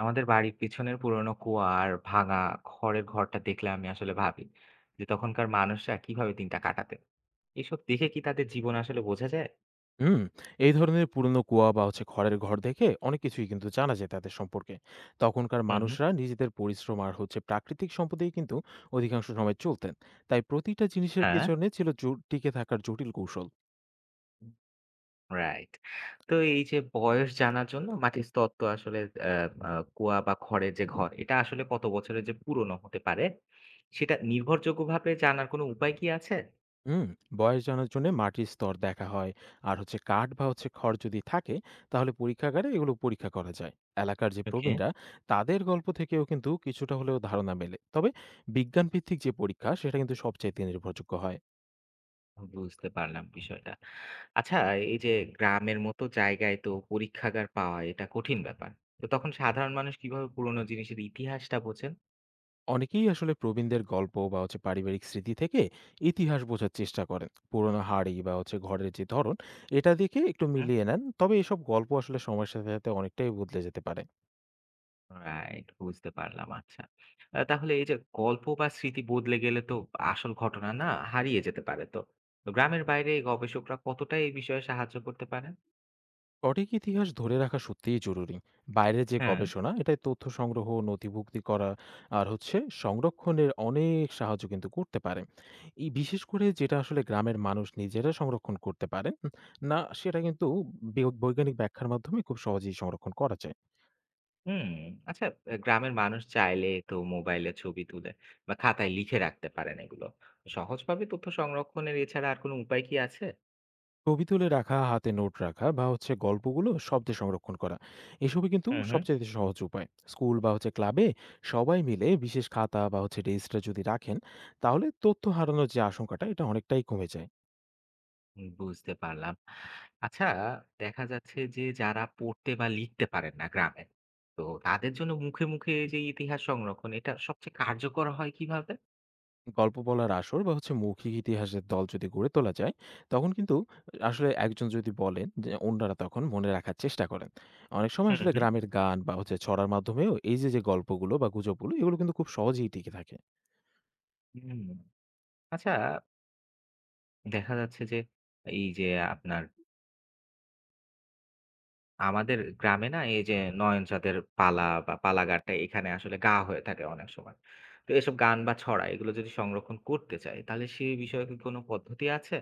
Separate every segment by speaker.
Speaker 1: আমাদের বাড়ির পিছনের পুরোনো কুয়া আর ভাঙা খড়ের ঘরটা দেখলে আমি আসলে ভাবি যে তখনকার মানুষরা কিভাবে দিনটা কাটাতেন। এসব দেখে কি তাদের জীবন আসলে বোঝা যায়?
Speaker 2: হুম, এই ধরনের পুরনো কুয়া বা খড়ের ঘর দেখে অনেক কিছুই কিন্তু জানা যায় তাদের সম্পর্কে। তখনকার
Speaker 1: হুম। হুম।
Speaker 2: মানুষরা নিজেদের পরিশ্রম আর প্রাকৃতিক সম্পদেই কিন্তু অধিকাংশ সময় চলতেন। তাই প্রতিটা জিনিসের
Speaker 1: হ্যাঁ।
Speaker 2: পেছনে ছিল জো টিকে থাকার জটিল কৌশল।
Speaker 1: রাইট। তো এই যে বয়স জানার জন্য মাটির তত্ত্ব আসলে আহ, আহ, কুয়া বা খড়ের যে ঘর এটা আসলে কত বছরের যে পুরনো হতে পারে সেটা নির্ভরযোগ্যভাবে জানার কোনো উপায় কি আছে?
Speaker 2: হুম, বয়স জানার জন্যে মাটির স্তর দেখা হয়। আর কাঠ বা খড় যদি থাকে তাহলে পরীক্ষাগারে এগুলো পরীক্ষা করা যায়। এলাকার যে
Speaker 1: ওকে।
Speaker 2: প্রবীণরা, তাদের গল্প থেকেও কিন্তু কিছুটা হলেও ধারণা মেলে। তবে বিজ্ঞানভিত্তিক যে পরীক্ষা সেটা কিন্তু সবচাইতে নির্ভরযোগ্য হয়।
Speaker 1: বুঝতে পারলাম বিষয়টা। আচ্ছা, এই যে গ্রামের মতো জায়গায় তো পরীক্ষাগার পাওয়া এটা কঠিন ব্যাপার। তো তখন সাধারণ মানুষ কিভাবে পুরনো জিনিসের ইতিহাসটা বোঝেন?
Speaker 2: অনেকেই আসলে প্রবীণদের গল্প বা পারিবারিক স্মৃতি থেকে ইতিহাস বোঝার চেষ্টা করেন। পুরোনো হাড়ি বা ঘরের যে ধরন, এটা দেখে একটু
Speaker 1: হুম।
Speaker 2: মিলিয়ে নেন। তবে এসব গল্প আসলে সময়ের সাথে সাথে অনেকটাই বদলে যেতে পারে।
Speaker 1: রাইট, বুঝতে পারলাম। আচ্ছা। তাহলে এই যে গল্প বা স্মৃতি বদলে গেলে তো আসল ঘটনা না হারিয়ে যেতে পারে তো। তো গ্রামের বাইরে এই গবেষকরা কতটা এই বিষয়ে সাহায্য করতে পারেন?
Speaker 2: সঠিক ইতিহাস ধরে রাখা সত্যিই জরুরি। বাইরে যে
Speaker 1: হ্যাঁ।
Speaker 2: গবেষণা, এটাই তথ্য সংগ্রহ, নথিভুক্তি করা আর সংরক্ষণের অনেক সাহায্য কিন্তু করতে পারে। এই বিশেষ করে যেটা আসলে গ্রামের মানুষ নিজেরা সংরক্ষণ করতে পারেন না, সেটা কিন্তু বৈজ্ঞানিক ব্যাখ্যার মাধ্যমে খুব সহজেই সংরক্ষণ করা যায়।
Speaker 1: হুম, আচ্ছা, গ্রামের মানুষ চাইলে তো মোবাইলে ছবি তুলে বা খাতায় লিখে রাখতে পারেন এগুলো। সহজভাবে তথ্য সংরক্ষণের এছাড়া আর কোনো উপায় কি আছে?
Speaker 2: ছবি তুলে রাখা, হাতে নোট রাখা বা গল্পগুলো শব্দে সংরক্ষণ করা, এসবই কিন্তু
Speaker 1: হুম, হুম।
Speaker 2: সবচেয়ে সহজ উপায়। স্কুল বা ক্লাবে সবাই মিলে বিশেষ খাতা বা রেজিস্টার যদি রাখেন, তাহলে তথ্য হারানোর যে আশঙ্কাটা, এটা অনেকটাই কমে যায়।
Speaker 1: হুম, বুঝতে পারলাম। আচ্ছা, দেখা যাচ্ছে যে যারা পড়তে বা লিখতে পারেন না গ্রামে, তো তাদের জন্য মুখে, মুখে যে ইতিহাস সংরক্ষণ এটা সবচেয়ে কার্যকর হয় কিভাবে?
Speaker 2: গল্প বলার আসর বা মৌখিক ইতিহাসের দল যদি গড়ে তোলা যায়, তখন কিন্তু আসলে একজন যদি বলেন, যে অন্যরা তখন মনে রাখার চেষ্টা করেন। অনেক সময়
Speaker 1: হুম,
Speaker 2: আসলে
Speaker 1: হুম।
Speaker 2: গ্রামের গান বা ছড়ার মাধ্যমেও এই যে যে গল্পগুলো বা গুজবগুলো, এগুলো কিন্তু খুব সহজেই টিকে থাকে।
Speaker 1: হুম, আচ্ছা, দেখা যাচ্ছে যে এই যে আপনার আমাদের গ্রামে না এই যে নয়ন চাঁদের পালা বা পালা গানটা এখানে আসলে গাওয়া হয়ে থাকে অনেক সময়। তো এসব গান বা ছড়া এগুলো যদি সংরক্ষণ করতে চাই তাহলে সে বিষয়ে কি কোনো পদ্ধতি আছে?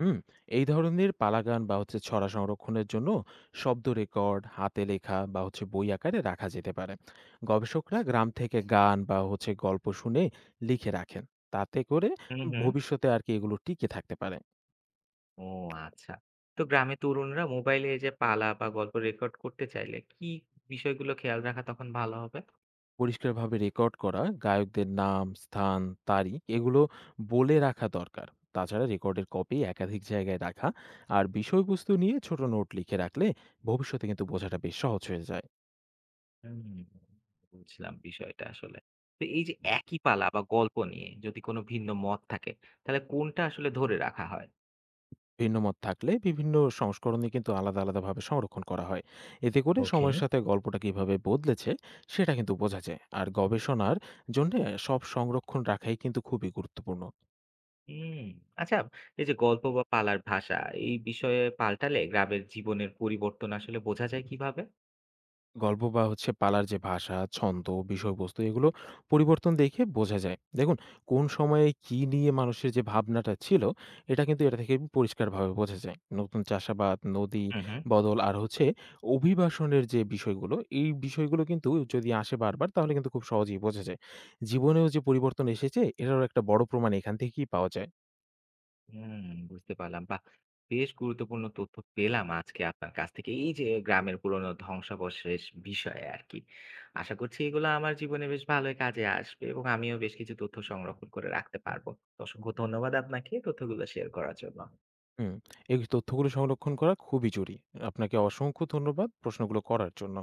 Speaker 2: হুম, এই ধরনের পালাগান বা ছড়া সংরক্ষণের জন্য শব্দ রেকর্ড, হাতে লেখা বা বই আকারে রাখা যেতে পারে। গবেষকরা গ্রাম থেকে গান বা গল্প শুনে লিখে রাখেন। তাতে করে
Speaker 1: হুম, হুম।
Speaker 2: ভবিষ্যতে আর কি এগুলো টিকে থাকতে পারে।
Speaker 1: ও আচ্ছা। তো গ্রামে তরুণরা মোবাইলে এই যে পালা বা গল্প রেকর্ড করতে চাইলে কি বিষয়গুলো খেয়াল রাখা তখন ভালো হবে?
Speaker 2: পরিষ্কারভাবে রেকর্ড করা, গায়কদের নাম, স্থান, তারিখ, এগুলো বলে রাখা দরকার। তাছাড়া রেকর্ডের কপি একাধিক জায়গায় রাখা আর বিষয়বস্তু নিয়ে ছোট নোট লিখে রাখলে ভবিষ্যতে কিন্তু বোঝাটা বেশ সহজ হয়ে যায়।
Speaker 1: হুম, বুঝলাম বিষয়টা আসলে। তো এই যে একই পালা বা গল্প নিয়ে যদি কোনো ভিন্ন মত থাকে তাহলে কোনটা আসলে ধরে রাখা হয়?
Speaker 2: ভিন্ন মত থাকলে বিভিন্ন সংস্করণে কিন্তু আলাদা, আলাদাভাবে সংরক্ষণ করা হয়। এতে করে
Speaker 1: ওকে।
Speaker 2: সময়ের সাথে গল্পটা কিভাবে বদলেছে সেটা কিন্তু বোঝা যায়। আর গবেষণার জন্যে সব সংরক্ষণ রাখাই কিন্তু খুবই গুরুত্বপূর্ণ।
Speaker 1: হুম, আচ্ছা, এই যে গল্প বা পালার ভাষা এই বিষয়ে পাল্টালে গ্রামের জীবনের পরিবর্তন আসলে বোঝা যায় কিভাবে?
Speaker 2: গল্প বা পালার যে ভাষা, ছন্দ, বিষয়বস্তু, এগুলো পরিবর্তন দেখে বোঝা যায়। দেখুন, কোন সময়ে কি নিয়ে মানুষের যে ভাবনাটা ছিল, এটা কিন্তু এটা থেকে পরিষ্কারভাবে বোঝা যায়। নতুন চাষাবাদ, নদী
Speaker 1: হুম। হুম।
Speaker 2: বদল আর অভিবাসনের যে বিষয়গুলো, এই বিষয়গুলো কিন্তু যদি আসে বারবার, তাহলে কিন্তু খুব সহজেই বোঝা যায়। জীবনেও যে পরিবর্তন এসেছে, এটারও একটা বড় প্রমাণ এখান থেকেই পাওয়া যায়।
Speaker 1: হুম, বুঝতে পারলাম বা বেশ গুরুত্বপূর্ণ তথ্য পেলাম আজকে আপনার কাছ থেকে। এই যে গ্রামের পুরনো ধ্বংসাবশেষ বিষয়ে আর কি, আশা করছি এগুলো আমার জীবনে বেশ ভালোই কাজে আসবে এবং আমিও বেশ কিছু তথ্য সংরক্ষণ করে রাখতে পারবো। তো অসংখ্য ধন্যবাদ আপনাকে তথ্যগুলো শেয়ার করার জন্য।
Speaker 2: হুম, এই তথ্যগুলো সংরক্ষণ করা খুবই জরুরি। আপনাকে অসংখ্য ধন্যবাদ প্রশ্নগুলো করার জন্য।